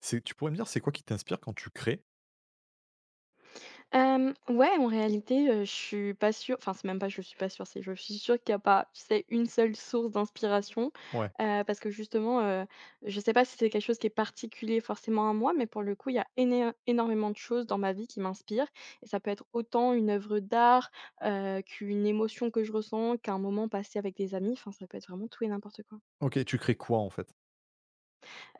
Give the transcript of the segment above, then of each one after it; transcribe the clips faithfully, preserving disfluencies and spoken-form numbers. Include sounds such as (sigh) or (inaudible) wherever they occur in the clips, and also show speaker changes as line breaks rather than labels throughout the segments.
C'est Tu pourrais me dire, c'est quoi qui t'inspire quand tu crées?
Hem, ouais, en réalité, heu, je suis pas sûre, enfin, c'est même pas je suis pas sûre, c'est je suis sûre qu'il y a pas, tu sais, une seule source d'inspiration,
Ouais.
heu, parce que justement, heu, je sais pas si c'est quelque chose qui est particulier forcément à moi, mais pour le coup, il y a éné énormément de choses dans ma vie qui m'inspirent et ça peut être autant une œuvre d'art, heu, qu'une émotion que je ressens, qu'un moment passé avec des amis, enfin, ça peut être vraiment tout et n'importe quoi.
OK, tu crées quoi, en fait?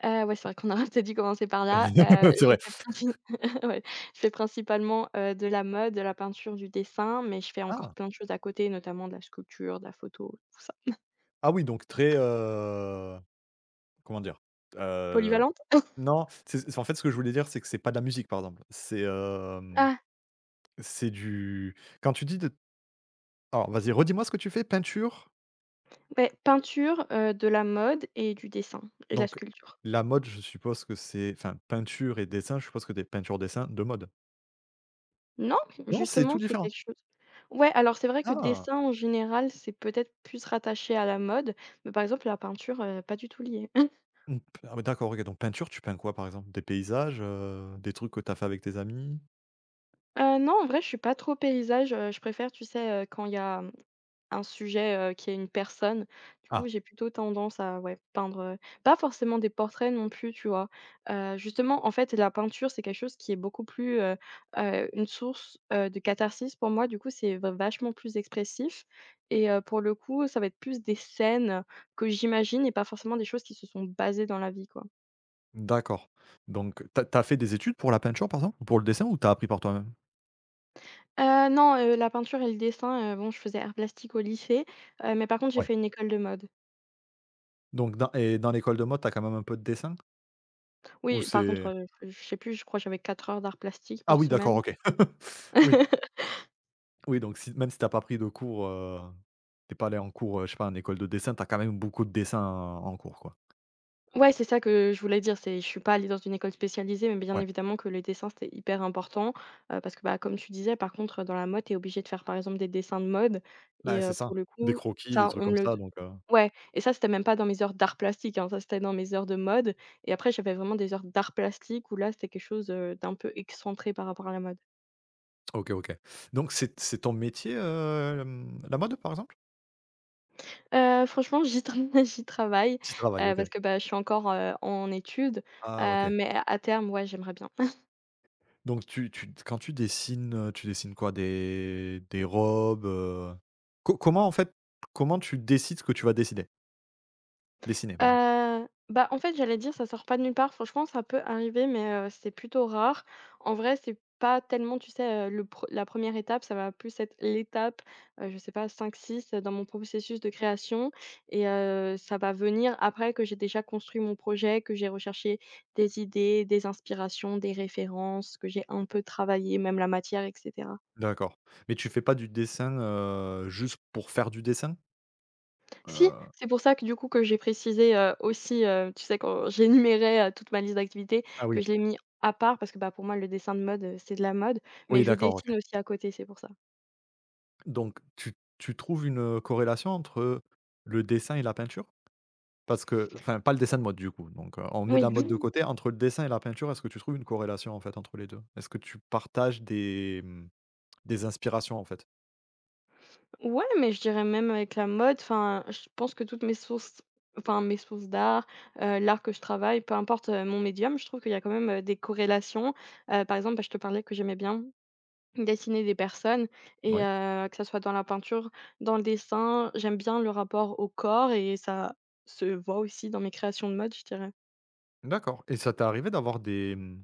Heu, ouais, c'est vrai qu'on (laughs) aurait peut-être dû commencer par là. Heu,
(laughs) C'est
je
vrai.
fais princi (laughs) Ouais, je fais principalement, heu, de la mode, de la peinture, du dessin, mais je fais encore
Ah!
plein de choses à côté, notamment de la sculpture, de la photo, tout ça.
Ah oui, donc très, heu, comment dire? Heu,
Polyvalente?
non, c'est c'est- en fait, ce que je voulais dire, c'est que c'est pas de la musique, par exemple. C'est, hem,
Ah,
c'est du quand tu dis de alors, vas-y, redis-moi ce que tu fais? Peinture?
beh, peinture, heu, de la mode et du dessin et de la
Donc
sculpture.
la mode, je suppose que c'est enfin, peinture et dessin, je suppose que des peintures dessins de mode?
Non,
Non, c'est
justement,
tout
c'est
différent?
quelque chose, ouais, alors c'est vrai que
Ah!
dessin, en général, c'est peut-être plus rattaché à la mode, mais par exemple la peinture, heu, pas du tout lié. Heu,
Mmh, p ah ouais, d'accord, OK, donc peinture, tu peins quoi, par exemple? Des paysages, heu, des trucs que t'as fait avec tes amis?
(laughs) non, en vrai, je suis pas trop paysage, heu, je préfère, tu sais, heu, quand il y a un sujet, heu, qui est une personne. Du coup,
Ah,
j'ai plutôt tendance à, ouais, peindre, heu, pas forcément des portraits non plus, tu vois? Heu, justement, en fait, la peinture, c'est quelque chose qui est beaucoup plus, heu heu, une source, heu, de catharsis pour moi. Du coup, c'est va vachement plus expressif et heu, pour le coup, ça va être plus des scènes que j'imagine et pas forcément des choses qui se sont basées dans la vie, quoi.
d'accord. Donc t'as as fait des études pour la peinture, par exemple? Ou pour le dessin, ou t'as appris par toi-même?
Heu, non, heu, la peinture et le dessin, heu, bon, je faisais art plastique au lycée, heu, mais par contre, j'ai
Ouais.
fait une école de mode.
Donc dans et dans l'école de mode, t'as quand même un peu de dessin? Ou
Oui, par contre,
c'est
heu, je sais plus, je crois que j'avais quatre heures d'art plastique
Ah
par
oui, d'accord,
semaine.
OK. (laughs) Oui,
(laughs)
oui, donc si même si t'as pas pris de cours, heu, tu pas allé en cours, heu, je sais pas, en école de dessin, t'as quand même beaucoup de dessins en en cours, quoi?
Ouais, c'est ça que je voulais dire, c'est je suis pas allée dans une école spécialisée, mais bien
Ouais.
évidemment que le dessin, c'était hyper important, heu, parce que, bah, comme tu disais, par contre, dans la mode, tu es obligée de faire, par exemple, des dessins de mode
Bah,
et
c'est
heu,
ça.
pour le
Des
coup,
croquis, des
ça,
trucs
on me
comme
le,
ça, donc heu,
ouais, et ça, c'était même pas dans mes heures d'art plastique, hein, ça, c'était dans mes heures de mode et après, j'avais vraiment des heures d'art plastique où là, c'était quelque chose, heu, d'un peu excentré par rapport à la mode.
OK, OK. Donc c'est c'est ton métier, heu, la mode, par exemple?
Heu, franchement, j'y tra (laughs) j'y travaille,
Tu travailles,
heu,
OK.
parce que, bah, je suis encore, heu, en études,
Ah
heu,
OK.
mais à terme, ouais, j'aimerais bien.
Donc tu tu quand tu dessines, euh, tu dessines quoi? Des des robes, heu? Co comment en fait, comment tu décides ce que tu vas décider dessiner, pardon?
Heu, bah, en fait, j'allais dire ça sort pas de nulle part. Franchement, ça peut arriver, mais heu, c'est plutôt rare. En vrai, c'est pas tellement, tu sais, heu, le pre la première étape, ça va plus être l'étape, heu, je sais pas, cinq, six, dans mon processus de création et heu, ça va venir après que j'ai déjà construit mon projet, que j'ai recherché des idées, des inspirations, des références, que j'ai un peu travaillé même la matière et cetera.
D'accord. Mais tu fais pas du dessin, heu, juste pour faire du dessin?
Si,
Heu,
c'est pour ça que du coup que j'ai précisé, heu, aussi, heu, tu sais, quand j'énumérais, heu, toute ma liste d'activités,
ah
que
oui.
je l'ai mis à part parce que, bah, pour moi le dessin de mode, heu, c'est de la mode, mais
Oui,
je
d'accord, OK.
dessine aussi à côté, c'est pour ça.
Donc tu tu trouves une, euh, corrélation entre le dessin et la peinture? Parce que enfin pas le dessin de mode du coup, donc heu, on met
Oui.
la mode de côté. Entre le dessin et la peinture, est-ce que tu trouves une corrélation en fait entre les deux. Est-ce que tu partages des, mmh, des inspirations en fait?
Ouais, mais je dirais même avec la mode, enfin, je pense que toutes mes sources, enfin mes sources d'art, heu, l'art que je travaille, peu importe, heu, mon médium, je trouve qu'il y a quand même, heu, des corrélations. Heu, par exemple, bah, je te parlais que j'aimais bien dessiner des personnes et
Oui.
heu, que ça soit dans la peinture, dans le dessin. J'aime bien le rapport au corps et ça se voit aussi dans mes créations de mode, je dirais.
D'accord, et ça t'est arrivé d'avoir des, mmh,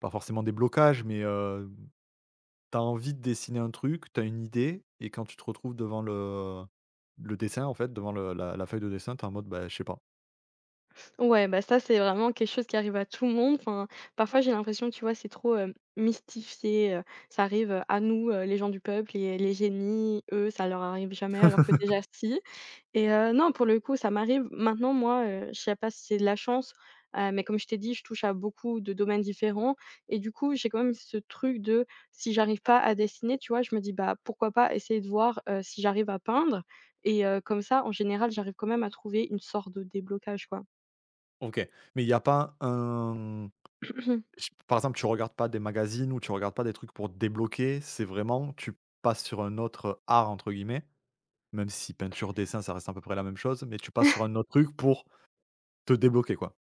pas forcément des blocages, mais heu, tu envie de dessiner un truc, t'as une idée et quand tu te retrouves devant le le dessin, en fait, devant le la la feuille de dessin, t'es en mode: «Bah, je sais pas».
Ouais, bah, ça, c'est vraiment quelque chose qui arrive à tout le monde. Enfin, parfois, j'ai l'impression, tu vois, c'est trop, hem, mystifié, heu, ça arrive, à nous, heu, les gens du peuple, et les génies, eux, ça leur arrive jamais alors que déjà si. Et heu, non, pour le coup, ça m'arrive. Maintenant, moi, heu, je sais pas si c'est de la chance, heu, mais comme je t'ai dit, je touche à beaucoup de domaines différents et du coup, j'ai quand même ce truc de si j'arrive pas à dessiner, tu vois, je me dis: «Bah, pourquoi pas essayer de voir, heu, si j'arrive à peindre?» et heu, comme ça, en général, j'arrive quand même à trouver une sorte de déblocage, quoi.
OK, mais il y a pas un je
(clears throat)
par exemple, tu regardes pas des magazines ou tu regardes pas des trucs pour te débloquer, c'est vraiment tu passes sur un autre, «art» entre guillemets, même si peinture, dessin, ça reste à peu près la même chose, mais tu passes sur un autre truc pour te débloquer, quoi?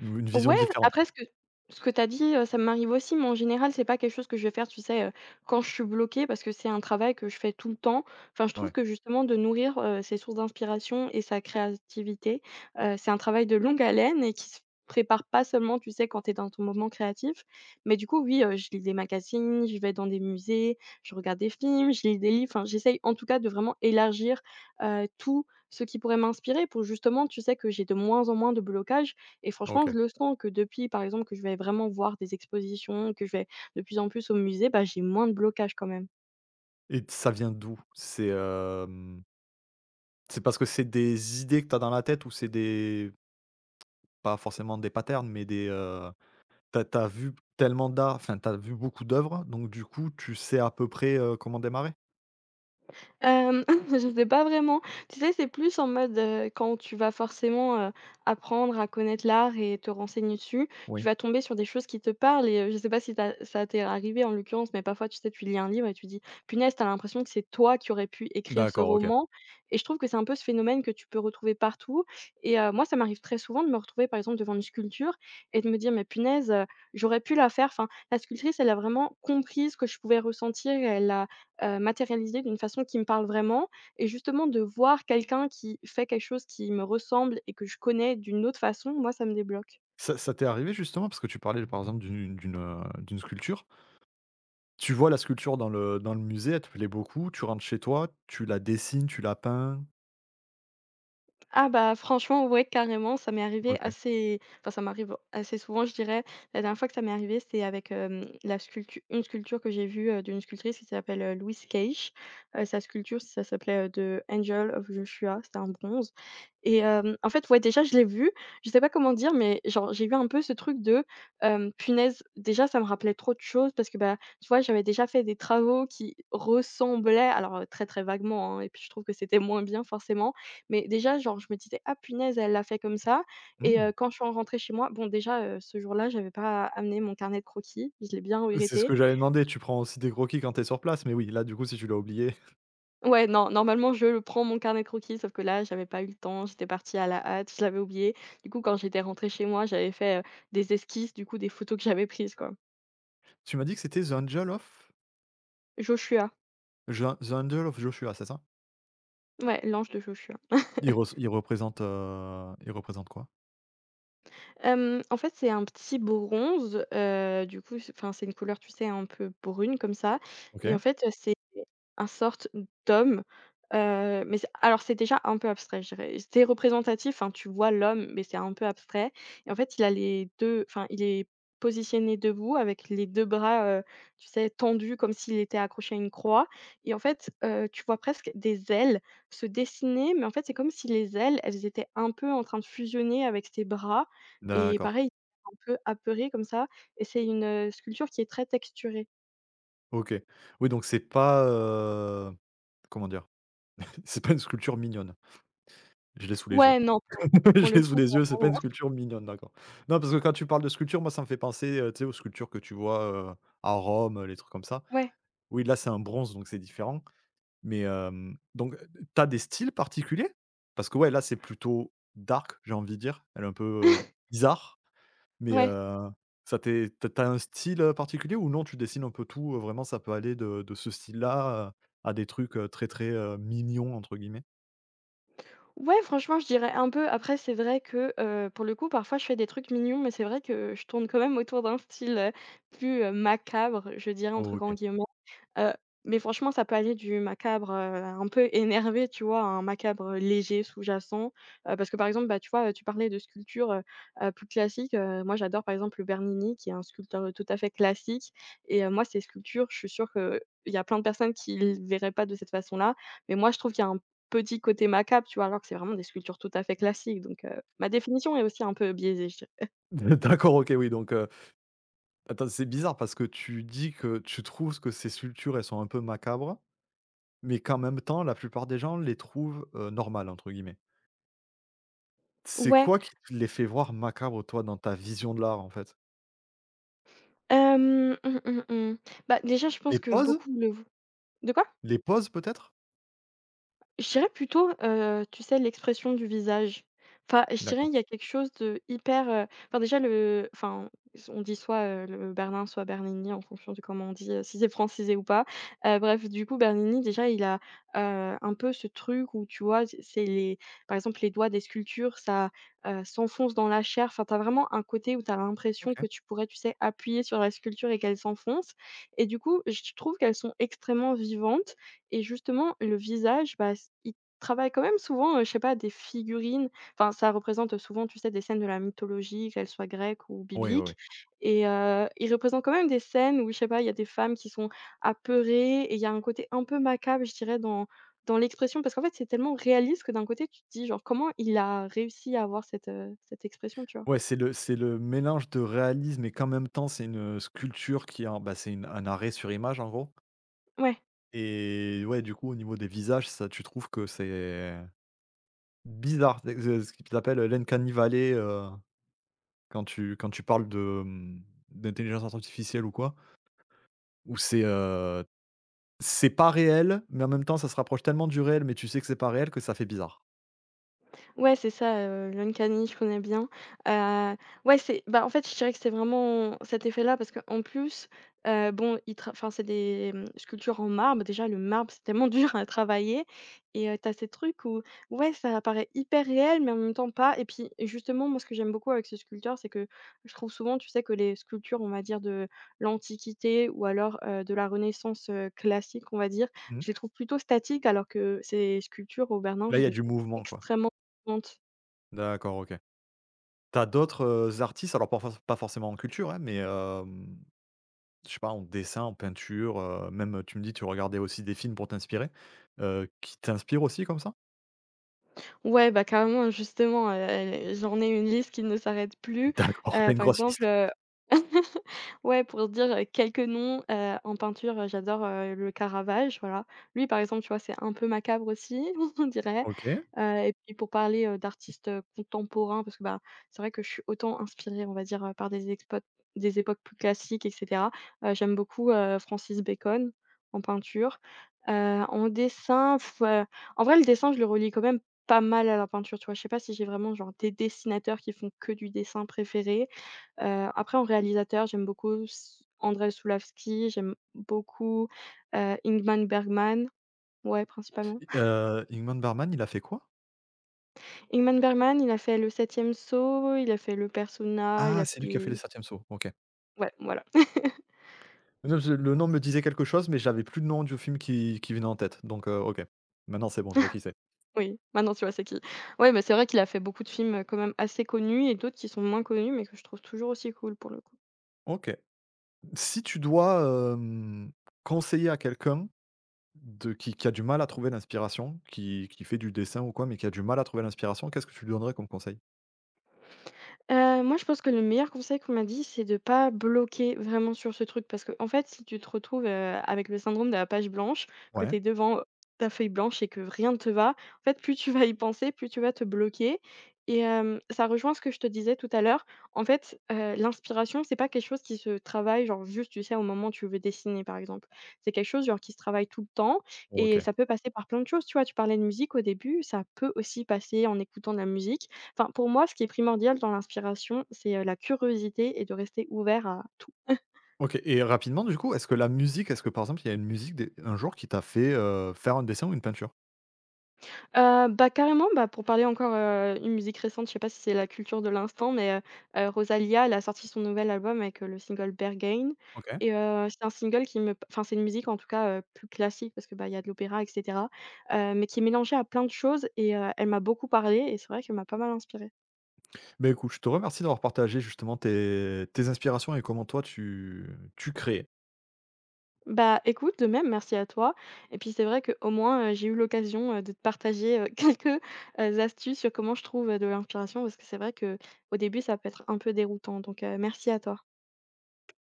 Ou une vision
Ouais,
différente?
après, ce que ce que tu as dit, heu, ça m'arrive aussi, mais en général, c'est pas quelque chose que je vais faire, tu sais, heu, quand je suis bloquée, parce que c'est un travail que je fais tout le temps. Enfin, je trouve
Ouais,
que justement de nourrir, heu, ses sources d'inspiration et sa créativité, heu, c'est un travail de longue haleine et qui se prépare pas seulement, tu sais, quand tu es dans ton moment créatif. Mais du coup, oui, heu, je lis des magazines, je vais dans des musées, je regarde des films, je lis des livres, enfin, j'essaye en tout cas de vraiment élargir, heu, tout ce qui pourrait m'inspirer pour justement, tu sais, que j'ai de moins en moins de blocages et franchement, je
OK.
le sens que depuis, par exemple, que je vais vraiment voir des expositions, que je vais de plus en plus au musée, bah, j'ai moins de blocage quand même.
Et ça vient d'où? C'est, hem, c'est parce que c'est des idées que tu as dans la tête ou c'est des pas forcément des patterns, mais des, heu, t'as as vu tellement d'art, enfin, t'as vu beaucoup d'œuvres, donc du coup, tu sais à peu près, heu, comment démarrer?
Hem, (laughs) je sais pas vraiment. Tu sais, c'est plus en mode, heu, quand tu vas forcément, heu, apprendre à connaître l'art et te renseigner dessus, tu
Oui.
vas tomber sur des choses qui te parlent et heu, je sais pas si tu, ça t'est arrivé en l'occurrence, mais parfois, tu sais, tu lis un livre et tu dis: «Punaise, t'as l'impression que c'est toi qui aurais pu écrire ce
D'accord, OK.
roman» et je trouve que c'est un peu ce phénomène que tu peux retrouver partout et heu, moi, ça m'arrive très souvent de me retrouver, par exemple, devant une sculpture et de me dire: «Mais punaise, heu, j'aurais pu la faire». Enfin, la sculptrice, elle a vraiment compris ce que je pouvais ressentir, elle a heu, matérialisée d'une façon qui me parle vraiment et justement de voir quelqu'un qui fait quelque chose qui me ressemble et que je connais d'une autre façon, moi, ça me débloque.
Ça ça t'est arrivé justement parce que tu parlais par exemple d'une d'une, heu, d'une sculpture. Tu vois la sculpture dans le dans le musée, elle te plaît beaucoup, tu rentres chez toi, tu la dessines, tu la peins?
Ah bah, franchement, ouais, carrément, ça m'est arrivé
OK.
assez, enfin, ça m'arrive assez souvent, je dirais. La dernière fois que ça m'est arrivé, c'était avec, hem, la sculpture, une sculpture que j'ai vue, heu, d'une sculptrice qui s'appelle, heu, Louise Cage. Heu, sa sculpture, ça s'appelait, heu, The Angel of Joshua, c'était un bronze et hem, en fait, ouais, déjà, je l'ai vue, je sais pas comment dire, mais genre, j'ai eu un peu ce truc de, hem, punaise, déjà, ça me rappelait trop de choses parce que, bah, tu vois, j'avais déjà fait des travaux qui ressemblaient, alors, heu, très, très vaguement, hein, et puis je trouve que c'était moins bien, forcément, mais déjà, genre, je me disais: «Ah punaise, elle l'a fait comme ça» et
Mmh.
heu, quand je suis rentrée chez moi, bon déjà, heu, ce jour-là, j'avais pas amené mon carnet de croquis, je l'ai bien
C'est ce
regretté.
que j'allais demander, tu prends aussi des croquis quand t'es sur place, mais oui, là, du coup, si tu l'as oublié.
Ouais, non, normalement, je le prends mon carnet de croquis, sauf que là, j'avais pas eu le temps, j'étais partie à la hâte, je l'avais oublié. Du coup, quand j'étais rentrée chez moi, j'avais fait, heu, des esquisses, du coup, des photos que j'avais prises, quoi.
Tu m'as dit que c'était The Angel of
Joshua,
Jo The Angel of Joshua, c'est ça?
ouais, l'ange de Joshua.
Il res il représente, heu, il représente quoi?
Hem, en fait, c'est un petit bronze, heu, du coup, c'est, enfin, c'est une couleur, tu sais, un peu brune comme ça et
OK,
en fait, c'est un sorte d'homme, heu, mais c'est, alors c'est déjà un peu abstrait, je dirais. C'est représentatif, hein, tu vois l'homme, mais c'est un peu abstrait et en fait, il a les deux, enfin, il est positionné debout avec les deux bras, heu, tu sais, tendus comme s'il était accroché à une croix et en fait, heu, tu vois presque des ailes se dessiner, mais en fait, c'est comme si les ailes, elles étaient un peu en train de fusionner avec ses bras et
d'accord.
pareil, un peu apeuré comme ça et c'est une, heu, sculpture qui est très texturée.
OK. Oui, donc c'est pas, heu, comment dire? (laughs) C'est pas une sculpture mignonne. Je l'ai sous les yeux.
Ouais, non, pour
(laughs)
pour
Je
le
l'ai sous
coup,
les
pas
yeux, c'est pas
vraiment.
une sculpture mignonne, d'accord. Non, parce que quand tu parles de sculpture, moi, ça me fait penser, heu, tu sais, aux sculptures que tu vois, heu, à Rome, les trucs comme ça.
Ouais.
Oui, là, c'est un bronze, donc c'est différent. Mais, hem, donc, t'as des styles particuliers? Parce que, ouais, là, c'est plutôt dark, j'ai envie de dire. Elle est un peu, heu,
(laughs)
bizarre, mais,
Ouais.
heu, ça t'est t'as as un style, heu, particulier ou non, tu dessines un peu tout, heu, vraiment ça peut aller de de ce style-là, heu, à des trucs, heu, très, très, heu, «mignons» entre guillemets?
Ouais, franchement, je dirais un peu. Après, c'est vrai que, heu, pour le coup, parfois, je fais des trucs mignons, mais c'est vrai que je tourne quand même autour d'un style, heu, plus, heu, «macabre», je dirais
Oh,
entre grands
OK.
guillemets. Heu, mais franchement, ça peut aller du macabre, heu, un peu énervé, tu vois, à un macabre léger, sous-jacent. Heu, parce que, par exemple, bah, tu vois, tu parlais de sculptures, heu heu, plus classiques, heu, moi j'adore, par exemple, le Bernini qui est un sculpteur, heu, tout à fait classique et heu, moi ces sculptures, je suis sûre qu'il y a plein de personnes qui ne verraient pas de cette façon-là, mais moi je trouve qu'il y a un petit côté macabre, tu vois? Alors que c'est vraiment des sculptures tout à fait classiques donc heu, ma définition est aussi un peu biaisée, je dirais.
(laughs) D'accord, OK, oui, donc, heu, attends, c'est bizarre parce que tu dis que tu trouves que ces sculptures, elles sont un peu macabres, mais qu'en même temps, la plupart des gens les trouvent, heu, «normales» entre guillemets. C'est
Ouais,
quoi qui te les fait voir macabres, toi, dans ta vision de l'art, en fait?
hem, mmh, mmh, mmh. Bah, déjà, je
Les
pense que
poses?
beaucoup le v de quoi?
Les poses, peut-être?
Je dirais plutôt, heu, tu sais, l'expression du visage. Enfin, je dirais,
D'accord,
il y a quelque chose de hyper, heu, enfin, déjà, le enfin, on dit soit, heu, le Berlin, soit Bernini, en fonction de comment on dit, heu, si c'est francisé ou pas. Heu, bref, du coup, Bernini, déjà, il a, heu, un peu ce truc où, tu vois, c'est les par exemple, les doigts des sculptures, ça, heu, s'enfonce dans la chair. Enfin, t'as vraiment un côté où t'as l'impression
OK.
que tu pourrais, tu sais, appuyer sur la sculpture et qu'elle s'enfonce et du coup, je trouve qu'elles sont extrêmement vivantes et justement, le visage, bah, s il travaille quand même souvent, heu, je sais pas, des figurines. Enfin, ça représente, souvent, tu sais, des scènes de la mythologie, qu'elles soient grecques ou
Oui, oui, oui.
bibliques et heu, il représente quand même des scènes où, je sais pas, il y a des femmes qui sont apeurées et il y a un côté un peu macabre, je dirais, dans dans l'expression parce qu'en fait, c'est tellement réaliste que d'un côté, tu te dis, genre: «Comment il a réussi à avoir cette, heu, cette expression?» tu vois?
Ouais, c'est le c'est le mélange de réalisme et qu'en même temps, c'est une sculpture qui en bah, c'est une un arrêt sur image, en gros.
Ouais.
Et ouais, du coup, au niveau des visages, ça, tu trouves que c'est bizarre? C'est c'est ce qu'ils appellent, heu, l'uncanny valley, heu, quand tu quand tu parles de, mmh, d'intelligence artificielle ou quoi, où c'est, euh, c'est pas réel, mais en même temps, ça se rapproche tellement du réel, mais tu sais que c'est pas réel que ça fait bizarre.
Ouais, c'est ça, heu, l'uncanny, je connais bien. Heu, ouais, c'est bah, en fait, je dirais que c'est vraiment cet effet-là parce qu'en plus, heu, bon, ils tra enfin, c'est des, mmh, sculptures en marbre. Déjà, le marbre, c'est tellement (laughs) dur à travailler et heu, tu ces trucs où, ouais, ça apparaît hyper réel, mais en même temps pas et puis, justement, moi, ce que j'aime beaucoup avec ces sculpteurs, c'est que je trouve souvent, tu sais, que les sculptures, on va dire, de l'Antiquité ou alors, heu, de la Renaissance, heu, classique, on va dire,
Mmh.
je les trouve plutôt statiques alors que ces sculptures au Bernin,
Là, il
je
y a
les
du
trouve
mouvement, quoi.
extrêmement Honte.
D'accord, OK. T'as d'autres, heu, artistes, alors pas forc pas forcément en culture, hein, mais hem, je sais pas, en dessin, en peinture, heu, même tu me dis tu regardais aussi des films pour t'inspirer, heu, qui t'inspirent aussi comme ça?
Ouais, bah, carrément, justement, heu j'en ai une liste qui ne s'arrête plus.
D'accord, t'as
Heu,
une
par
grosse
exemple,
liste.
heu (laughs) ouais, pour se dire, heu, quelques noms, heu, en peinture, heu, j'adore, heu, le Caravage, voilà. Lui, par exemple, tu vois, c'est un peu macabre aussi, (laughs) on dirait.
OK.
Heu et puis pour parler, heu, d'artistes, heu, contemporains parce que, bah, c'est vrai que je suis autant inspirée, on va dire, heu, par des expo des époques plus classiques et cetera. Heu, j'aime beaucoup, heu, Francis Bacon en peinture. Heu, En dessin, heu, en vrai, le dessin, je le relie quand même pas mal à la peinture, tu vois? Je sais pas si j'ai vraiment genre des dessinateurs qui font que du dessin préféré. Heu, après en réalisateur, j'aime beaucoup s Andrzej Sulawski, j'aime beaucoup, heu, Ingmar Bergman. Ouais, principalement.
Heu, Ingmar Bergman, il a fait quoi?
Ingmar Bergman, il a fait Le Septième Saut, il a fait le Persona, il
Ah,
a fait
c'est lui qui a fait Les
des
Septièmes sauts. OK.
ouais, voilà. (laughs)
Non, je le nom me disait quelque chose, mais j'avais plus le nom du film qui qui venait en tête, donc heu, OK. Maintenant, c'est bon, je vois qui c'est.
Oui, maintenant tu vois c'est qui. Ouais, bah, c'est vrai qu'il a fait beaucoup de films, heu, quand même assez connus et d'autres qui sont moins connus mais que je trouve toujours aussi cool pour le coup.
OK. Si tu dois, hem, conseiller à quelqu'un de qui qui a du mal à trouver l'inspiration, qui qui fait du dessin ou quoi, mais qui a du mal à trouver l'inspiration, qu'est-ce que tu lui donnerais comme conseil?
Heu, moi, je pense que le meilleur conseil qu'on m'a dit, c'est de pas bloquer vraiment sur ce truc parce que en fait, si tu te retrouves, heu, avec le syndrome de la page blanche, que
Ouais,
tu es devant ta feuille blanche et que rien ne te va, en fait, plus tu vas y penser, plus tu vas te bloquer et hem, ça rejoint ce que je te disais tout à l'heure. En fait, heu, l'inspiration, c'est pas quelque chose qui se travaille, genre, juste, tu sais, au moment où tu veux dessiner, par exemple. C'est quelque chose, genre, qui se travaille tout le temps et
OK.
ça peut passer par plein de choses, tu vois? Tu parlais de musique au début, ça peut aussi passer en écoutant de la musique. Enfin, pour moi, ce qui est primordial dans l'inspiration, c'est, heu, la curiosité et de rester ouvert à tout.
OK, et rapidement, du coup, est-ce que la musique est-ce que, par exemple, il y a une musique des un jour qui t'a fait, heu, faire un dessin ou une peinture?
Heu, bah, carrément, bah, pour parler encore, heu, une musique récente, je sais pas si c'est la culture de l'instant, mais, heu heu, Rosalía, elle a sorti son nouvel album avec, heu, le single Berghain
OK.
et heu, c'est un single qui me enfin, c'est une musique, en tout cas, heu, plus classique parce que, bah, il y a de l'opéra et cetera, heu, mais qui est mélangée à plein de choses et heu, elle m'a beaucoup parlé et c'est vrai qu'elle m'a pas mal inspirée.
Beh, écoute, je te remercie d'avoir partagé justement tes tes inspirations et comment toi tu tu crées.
Bah, écoute, de même, merci à toi. Et puis c'est vrai qu'au moins, heu, j'ai eu l'occasion, heu, de te partager, heu, (laughs) quelques, heu, astuces sur comment je trouve, heu, de l'inspiration parce que c'est vrai que au début, ça peut être un peu déroutant. Donc, heu, merci à toi.